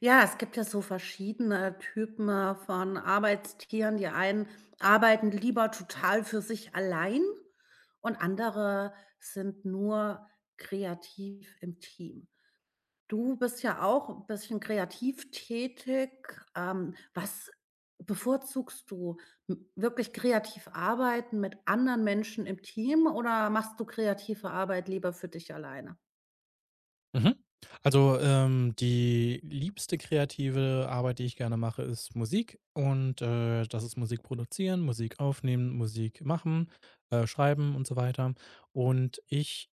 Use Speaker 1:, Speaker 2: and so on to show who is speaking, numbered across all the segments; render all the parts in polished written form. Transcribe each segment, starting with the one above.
Speaker 1: Ja, es gibt ja so verschiedene Typen von Arbeitstieren. Die einen arbeiten lieber total für sich allein und andere sind nur kreativ im Team. Du bist ja auch ein bisschen kreativ tätig. Was bevorzugst du? M Wirklich kreativ arbeiten mit anderen Menschen im Team oder machst du kreative Arbeit lieber für dich alleine?
Speaker 2: Mhm. Also, die liebste kreative Arbeit, die ich gerne mache, ist Musik und, das ist Musik produzieren, Musik aufnehmen, Musik machen, schreiben und so weiter. Und ich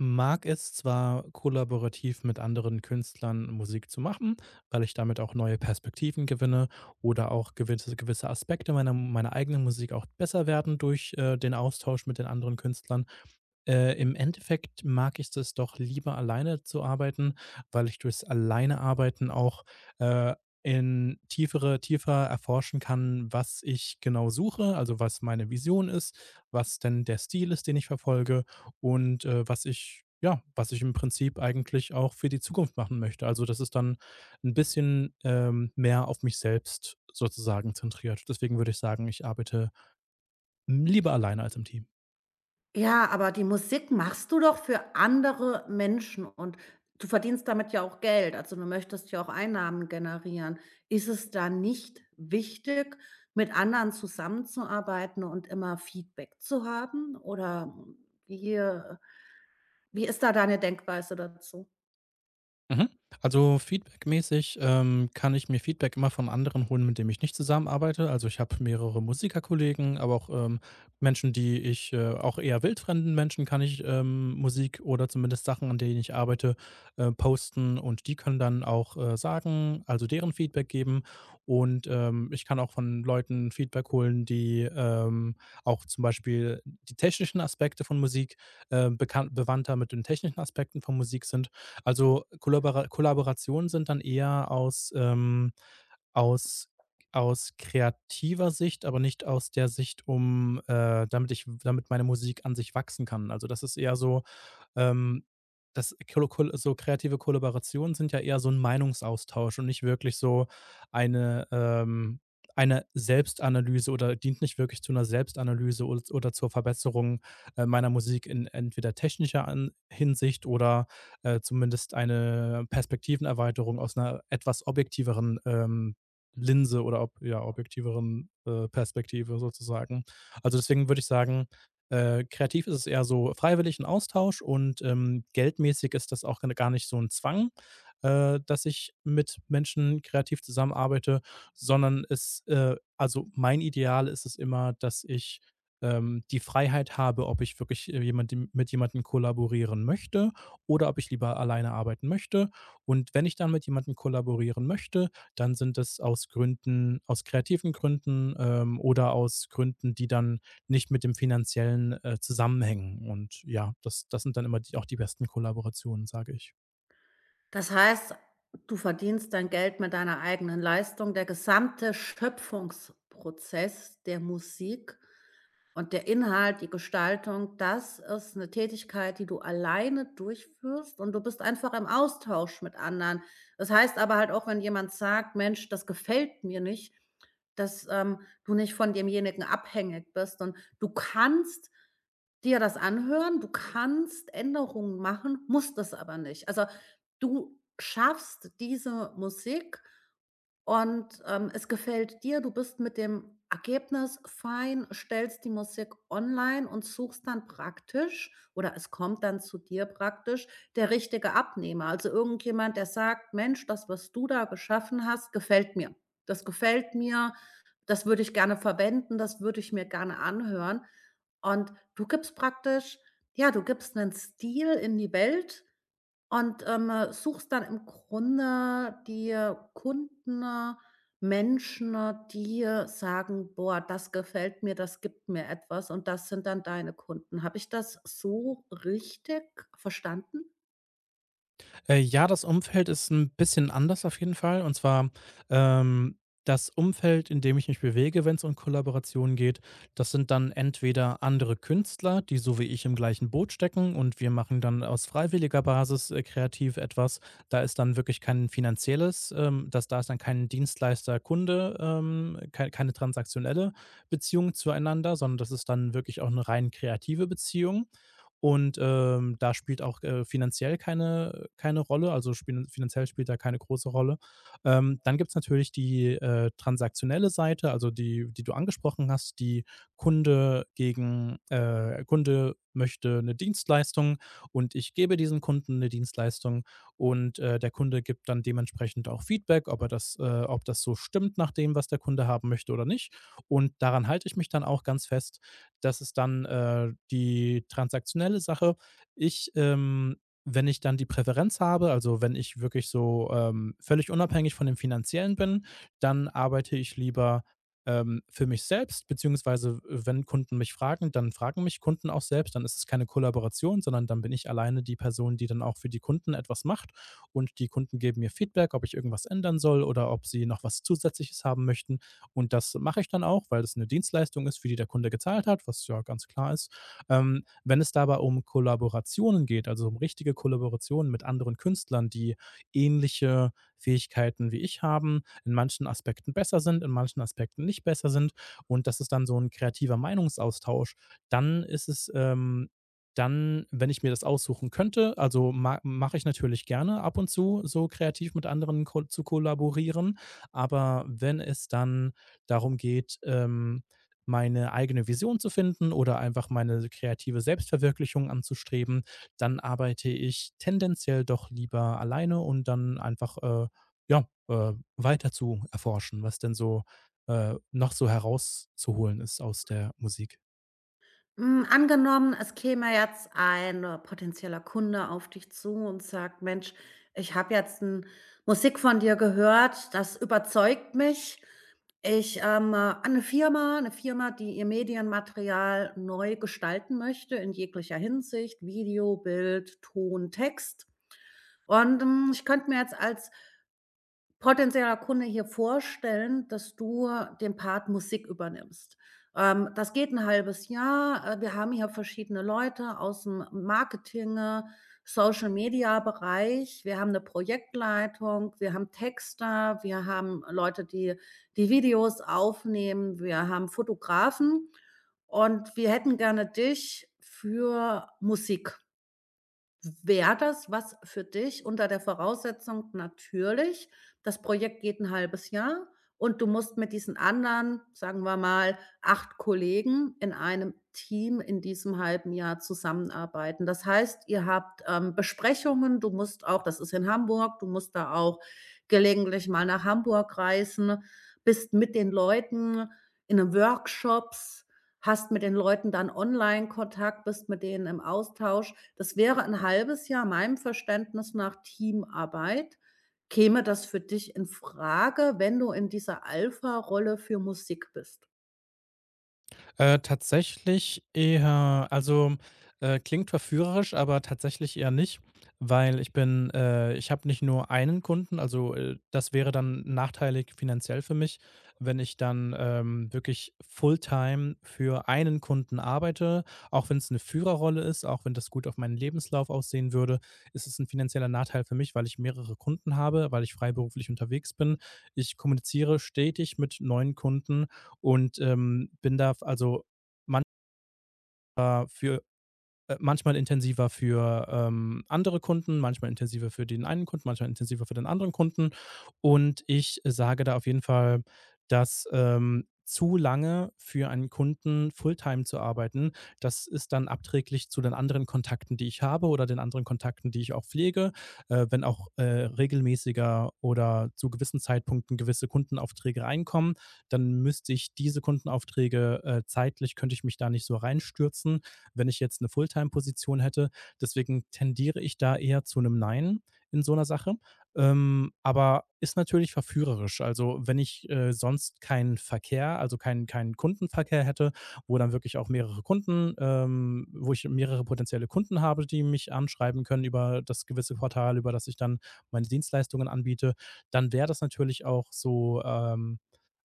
Speaker 2: mag es zwar kollaborativ mit anderen Künstlern Musik zu machen, weil ich damit auch neue Perspektiven gewinne oder auch gewisse Aspekte meiner eigenen Musik auch besser werden durch, den Austausch mit den anderen Künstlern. Im Endeffekt mag ich es doch lieber alleine zu arbeiten, weil ich durchs alleine Arbeiten auch, äh, in tiefer erforschen kann, was ich genau suche, also was meine Vision ist, was denn der Stil ist, den ich verfolge und, was ich im Prinzip eigentlich auch für die Zukunft machen möchte. Also, das ist dann ein bisschen, mehr auf mich selbst sozusagen zentriert. Deswegen würde ich sagen, ich arbeite lieber alleine als im Team.
Speaker 1: Ja, aber die Musik machst du doch für andere Menschen und du verdienst damit ja auch Geld. Also, du möchtest ja auch Einnahmen generieren. Ist es da nicht wichtig, mit anderen zusammenzuarbeiten und immer Feedback zu haben? Oder wie, äh wie ist da deine Denkweise dazu?
Speaker 2: Mhm. Also feedbackmäßig, kann ich mir Feedback immer von anderen holen, mit denen ich nicht zusammenarbeite. Also ich habe mehrere Musikerkollegen, aber auch Menschen, die ich, auch eher wildfremden Menschen kann ich Musik oder zumindest Sachen, an denen ich arbeite, posten und die können dann auch sagen, also deren Feedback geben. Und ich kann auch von Leuten Feedback holen, die auch zum Beispiel die technischen Aspekte von Musik bewandter mit den technischen Aspekten von Musik sind. Also, Kollaborationen sind dann eher aus, aus aus kreativer Sicht, aber nicht aus der Sicht, um, damit meine Musik an sich wachsen kann. Also, das ist eher so ähm, das kolo kol so kreative Kollaborationen sind ja eher so ein Meinungsaustausch und nicht wirklich so eine ähm, eine Selbstanalyse oder dient nicht wirklich zu einer Selbstanalyse oder zur Verbesserung, meiner Musik in entweder technischer an Hinsicht oder, zumindest eine Perspektivenerweiterung aus einer etwas objektiveren, Linse oder objektiveren, Perspektive sozusagen. Also, deswegen würde ich sagen kreativ ist es eher so freiwillig 'n Austausch und, geldmäßig ist das auch gar nicht so ein Zwang, dass ich mit Menschen kreativ zusammenarbeite, sondern es also, mein Ideal ist es immer, dass ich, die Freiheit habe, ob ich wirklich, jemandem mit jemandem kollaborieren möchte oder ob ich lieber alleine arbeiten möchte. Und wenn ich dann mit jemandem kollaborieren möchte, dann sind das aus kreativen Gründen, oder aus Gründen, die dann nicht mit dem Finanziellen, zusammenhängen. Und ja, das sind dann immer die besten Kollaborationen, sage ich.
Speaker 1: Das heißt, du verdienst dein Geld mit deiner eigenen Leistung. Der gesamte Schöpfungsprozess der Musik, und der Inhalt, die Gestaltung, das ist eine Tätigkeit, die du alleine durchführst und du bist einfach im Austausch mit anderen. Das heißt aber halt auch, wenn jemand sagt: „Mensch, das gefällt mir nicht“, dass, du nicht von demjenigen abhängig bist und du kannst dir das anhören, du kannst Änderungen machen, musst es aber nicht. Also, du schaffst diese Musik und, es gefällt dir, du bist mit dem Ergebnis fein, stellst die Musik online und suchst dann praktisch oder es kommt dann zu dir praktisch der richtige Abnehmer. Also irgendjemand, der sagt: „Mensch, das, was du da geschaffen hast, gefällt mir. Das gefällt mir, das würde ich gerne verwenden, das würde ich mir gerne anhören.“ Und du gibst praktisch ja, du gibst einen Stil in die Welt, und, suchst dann im Grunde dir Kunden, Menschen, die sagen: „Boah, das gefällt mir, das gibt mir etwas“, und das sind dann deine Kunden. Habe ich das so richtig verstanden?
Speaker 2: Ja, das Umfeld ist ein bisschen anders auf jeden Fall. Und zwar, ähm, das Umfeld, in dem ich mich bewege, wenn es um Kollaborationen geht, das sind dann entweder andere Künstler, die so wie ich im gleichen Boot stecken und wir machen dann aus freiwilliger Basis, kreativ etwas. Da ist dann wirklich kein finanzielles das da ist dann kein Dienstleister, Kunde, keine transaktionelle Beziehung zueinander, sondern das ist dann wirklich auch eine rein kreative Beziehung. Und, da spielt auch, finanziell keine Rolle, also spielen finanziell spielt da keine große Rolle. Dann gibt's natürlich die, transaktionelle Seite, also die du angesprochen hast, die Kunde gegen Kunde möchte eine Dienstleistung und ich gebe diesem Kunden eine Dienstleistung und, der Kunde gibt dann dementsprechend auch Feedback, ob das so stimmt nach dem, was der Kunde haben möchte oder nicht. Und daran halte ich mich dann auch ganz fest. Das ist dann, die transaktionelle Sache. Ich, ähm, wenn ich dann die Präferenz habe, also wenn ich wirklich so, völlig unabhängig von dem Finanziellen bin, dann arbeite ich lieber, für mich selbst, beziehungsweise wenn Kunden mich fragen, dann fragen mich Kunden auch selbst, dann ist es keine Kollaboration, sondern dann bin ich alleine die Person, die dann auch für die Kunden etwas macht und die Kunden geben mir Feedback, ob ich irgendwas ändern soll oder ob sie noch was Zusätzliches haben möchten. Und das mache ich dann auch, weil es eine Dienstleistung ist, für die der Kunde gezahlt hat, was ja ganz klar ist. Wenn es dabei um Kollaborationen geht, also um richtige Kollaborationen mit anderen Künstlern, die ähnliche Fähigkeiten wie ich haben, in manchen Aspekten besser sind, in manchen Aspekten nicht besser sind und das ist dann so ein kreativer Meinungsaustausch, dann ist es, dann, wenn ich mir das aussuchen könnte also, ma mache ich natürlich gerne ab und zu so kreativ mit anderen ko zu kollaborieren, aber wenn es dann darum geht, meine eigene Vision zu finden oder einfach meine kreative Selbstverwirklichung anzustreben, dann arbeite ich tendenziell doch lieber alleine und dann einfach ja, weiter zu erforschen, was denn so noch so herauszuholen ist aus der Musik.
Speaker 1: Hm, angenommen, es käme jetzt ein potenzieller Kunde auf dich zu und sagt: „Mensch, ich habe jetzt 'n Musik von dir gehört, das überzeugt mich. Ich, an 'ne Firma eine Firma, die ihr Medienmaterial neu gestalten möchte in jeglicher Hinsicht, Video, Bild, Ton, Text. Und, ich könnte mir jetzt als potenzieller Kunde hier vorstellen, dass du den Part Musik übernimmst. Das geht ein halbes Jahr. Wir haben hier verschiedene Leute aus dem Marketing, Social-Media-Bereich. Wir haben eine Projektleitung, wir haben Texter, wir haben Leute, die die Videos aufnehmen, wir haben Fotografen und wir hätten gerne dich für Musik. Wäre das was für dich unter der Voraussetzung natürlich, das Projekt geht ein halbes Jahr und du musst mit diesen anderen, sagen wir mal, 8 Kollegen in einem Team in diesem halben Jahr zusammenarbeiten. Das heißt, ihr habt, Besprechungen, du musst auch das ist in Hamburg, du musst da auch gelegentlich mal nach Hamburg reisen, bist mit den Leuten in den Workshops. Hast mit den Leuten dann Online-Kontakt, bist mit denen im Austausch. Das wäre ein halbes Jahr meinem Verständnis nach Teamarbeit. Käme das für dich in Frage, wenn du in dieser Alpha-Rolle für Musik bist?
Speaker 2: Tatsächlich eher also, klingt verführerisch, aber tatsächlich eher nicht, weil ich habe nicht nur einen Kunden, also, das wäre dann nachteilig finanziell für mich, wenn ich dann, wirklich fulltime für einen Kunden arbeite. Auch wenn es eine Führerrolle ist, auch wenn das gut auf meinen Lebenslauf aussehen würde, ist es ein finanzieller Nachteil für mich, weil ich mehrere Kunden habe, weil ich freiberuflich unterwegs bin. Ich kommuniziere stetig mit neuen Kunden und, bin da also, für manchmal intensiver für, andere Kunden, manchmal intensiver für den einen Kunden, manchmal intensiver für den anderen Kunden. Und ich sage da auf jeden Fall, dass, zu lange für einen Kunden Fulltime zu arbeiten, das ist dann abträglich zu den anderen Kontakten, die ich habe oder den anderen Kontakten, die ich auch pflege. Wenn auch, regelmäßiger oder zu gewissen Zeitpunkten gewisse Kundenaufträge reinkommen, dann müsste ich diese Kundenaufträge zeitlich könnte ich mich da nicht so reinstürzen wenn ich jetzt eine Fulltime-Position hätte. Deswegen tendiere ich da eher zu einem Nein in so einer Sache. Aber ist natürlich verführerisch. Also, wenn ich, sonst keinen Verkehr, also keinen Kundenverkehr hätte, wo ich mehrere potenzielle Kunden habe, die mich anschreiben können über das gewisse Portal, über das ich dann meine Dienstleistungen anbiete, dann wäre das natürlich auch so,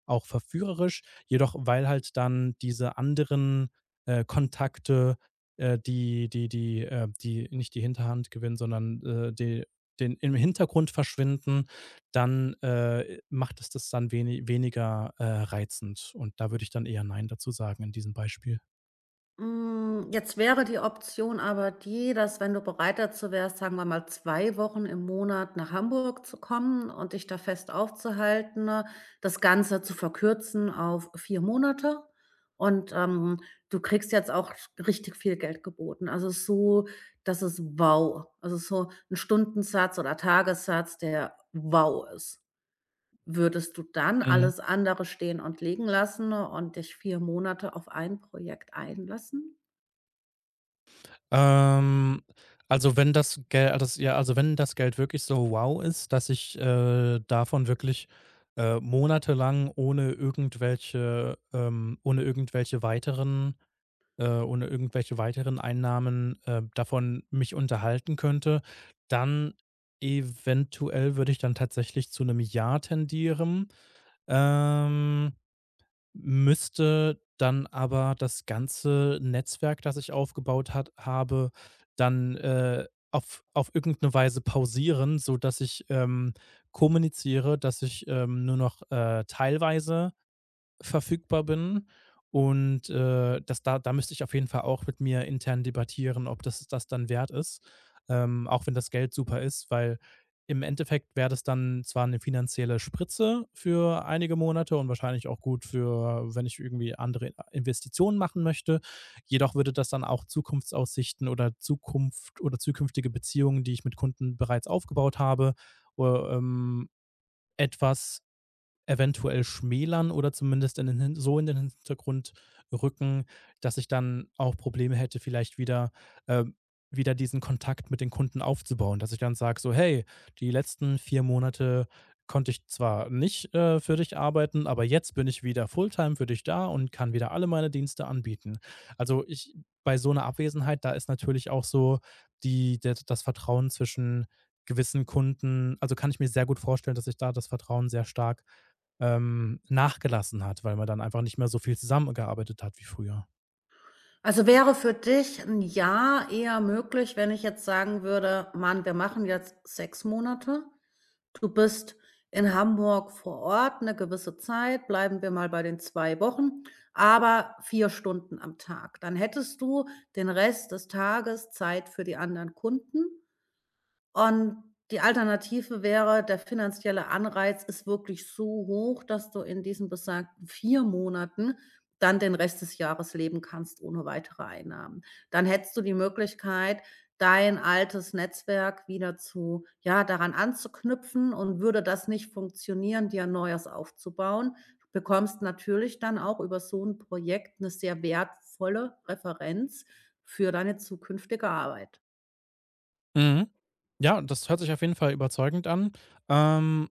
Speaker 2: auch verführerisch, jedoch weil halt dann diese anderen, Kontakte, die nicht die Hinterhand gewinnen, sondern, de den im Hintergrund verschwinden, dann, macht es das dann weniger, reizend. Und da würde ich dann eher „Nein“ dazu sagen in diesem Beispiel.
Speaker 1: Jetzt wäre die Option aber die, dass, wenn du bereit dazu wärst, sagen wir mal 2 Wochen im Monat nach Hamburg zu kommen und dich da fest aufzuhalten, ne, das Ganze zu verkürzen auf 4 Monate. Und, du kriegst jetzt auch richtig viel Geld geboten. Also, es ist so, das ist wow. Also, es ist so ein Stundensatz oder Tagessatz, der wow ist. Würdest du dann
Speaker 2: Mhm.
Speaker 1: alles andere stehen und liegen lassen und dich 4 Monate auf ein Projekt einlassen?
Speaker 2: Ähm, also wenn das Geld, also wenn das Geld wirklich so wow ist, dass ich, davon wirklich, monatelang ohne irgendwelche weiteren Einnahmen, davon mich unterhalten könnte, dann eventuell würde ich dann tatsächlich zu einem Ja tendieren. Ähm Müsste dann aber das ganze Netzwerk, das ich aufgebaut hat habe, dann, auf irgendeine Weise pausieren, sodass ich, kommuniziere, dass ich, nur noch, teilweise verfügbar bin. Und, das da müsste ich auf jeden Fall auch mit mir intern debattieren, ob das dann wert ist, auch wenn das Geld super ist, weil im Endeffekt wäre das dann zwar eine finanzielle Spritze für einige Monate und wahrscheinlich auch gut für wenn ich irgendwie andere Investitionen machen möchte. Jedoch würde das dann auch Zukunftsaussichten oder Zukunft oder zukünftige Beziehungen, die ich mit Kunden bereits aufgebaut habe, äh, ähm, etwas eventuell schmälern oder zumindest in den Hintergrund rücken, dass ich dann auch Probleme hätte, vielleicht ähm, wieder diesen Kontakt mit den Kunden aufzubauen, dass ich dann sage so: „Hey, die letzten 4 Monate konnte ich zwar nicht, für dich arbeiten, aber jetzt bin ich wieder Fulltime für dich da und kann wieder alle meine Dienste anbieten.“ Also, ich bei so einer Abwesenheit, da ist natürlich auch so die der das Vertrauen zwischen gewissen Kunden also, kann ich mir sehr gut vorstellen, dass ich da das Vertrauen sehr stark nachgelassen hat, weil man dann einfach nicht mehr so viel zusammengearbeitet hat wie früher.
Speaker 1: Also wäre für dich ein Jahr eher möglich, wenn ich jetzt sagen würde: „Mann, wir machen jetzt 6 Monate. Du bist in Hamburg vor Ort eine gewisse Zeit, bleiben wir mal bei den 2 Wochen, aber 4 Stunden am Tag.“ Dann hättest du den Rest des Tages Zeit für die anderen Kunden. Und die Alternative wäre, der finanzielle Anreiz ist wirklich so hoch, dass du in diesen besagten 4 Monaten dann den Rest des Jahres leben kannst ohne weitere Einnahmen. Dann hättest du die Möglichkeit, dein altes Netzwerk wieder zu ja, daran anzuknüpfen und würde das nicht funktionieren, dir 'n neues aufzubauen. Du bekommst natürlich dann auch über so ein Projekt eine sehr wertvolle Referenz für deine zukünftige Arbeit.
Speaker 2: Mhm. Ja, das hört sich auf jeden Fall überzeugend an. Ähm,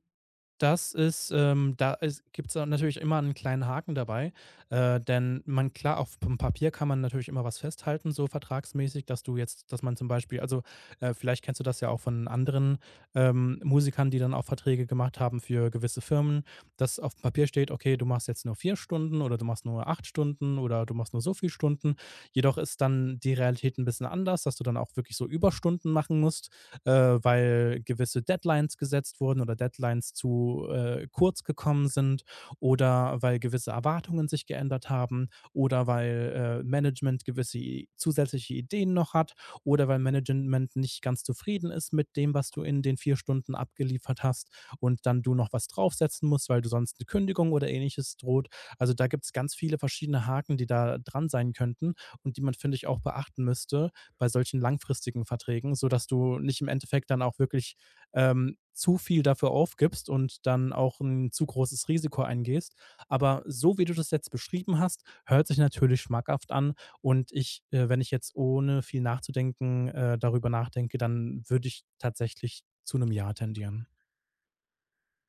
Speaker 2: Das ist, da ist gibt's dann natürlich immer einen kleinen Haken dabei, denn man klar, auf dem Papier kann man natürlich immer was festhalten, so vertragsmäßig, dass du jetzt dass man zum Beispiel also, vielleicht kennst du das ja auch von anderen, Musikern, die dann auch Verträge gemacht haben für gewisse Firmen, dass auf dem Papier steht: „Okay, du machst jetzt nur 4 Stunden oder du machst nur 8 Stunden oder du machst nur so viel Stunden.“ Jedoch ist dann die Realität ein bisschen anders, dass du dann auch wirklich so Überstunden machen musst äh, weil gewisse Deadlines gesetzt wurden oder Deadlines zu kurz gekommen sind oder weil gewisse Erwartungen sich geändert haben oder weil Management gewisse zusätzliche Ideen noch hat oder weil Management nicht ganz zufrieden ist mit dem, was du in den 4 Stunden abgeliefert hast und dann du noch was draufsetzen musst, weil du sonst eine Kündigung oder ähnliches droht. Also da gibt es ganz viele verschiedene Haken, die da dran sein könnten und die man, finde ich, auch beachten müsste, bei solchen langfristigen Verträgen, sodass du nicht im Endeffekt dann auch wirklich zu viel dafür aufgibst und dann auch ein zu großes Risiko eingehst. Aber so wie du das jetzt beschrieben hast, hört sich natürlich schmackhaft an. Und wenn ich jetzt ohne viel nachzudenken darüber nachdenke, dann würde ich tatsächlich zu einem Ja tendieren.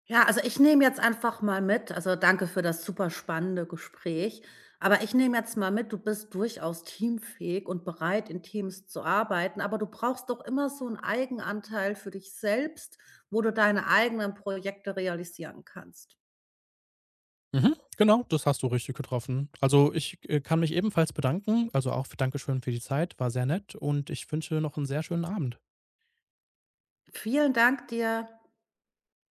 Speaker 1: Ja, also ich nehme jetzt einfach mal mit also danke für das super spannende Gespräch. Aber ich nehme jetzt mal mit, du bist durchaus teamfähig und bereit, in Teams zu arbeiten, aber du brauchst doch immer so einen Eigenanteil für dich selbst, wo du deine eigenen Projekte realisieren kannst.
Speaker 2: Mhm, genau, das hast du richtig getroffen. Also ich kann mich ebenfalls bedanken. Also auch für Dankeschön für die Zeit, war sehr nett und ich wünsche noch einen sehr schönen Abend.
Speaker 1: Vielen Dank dir.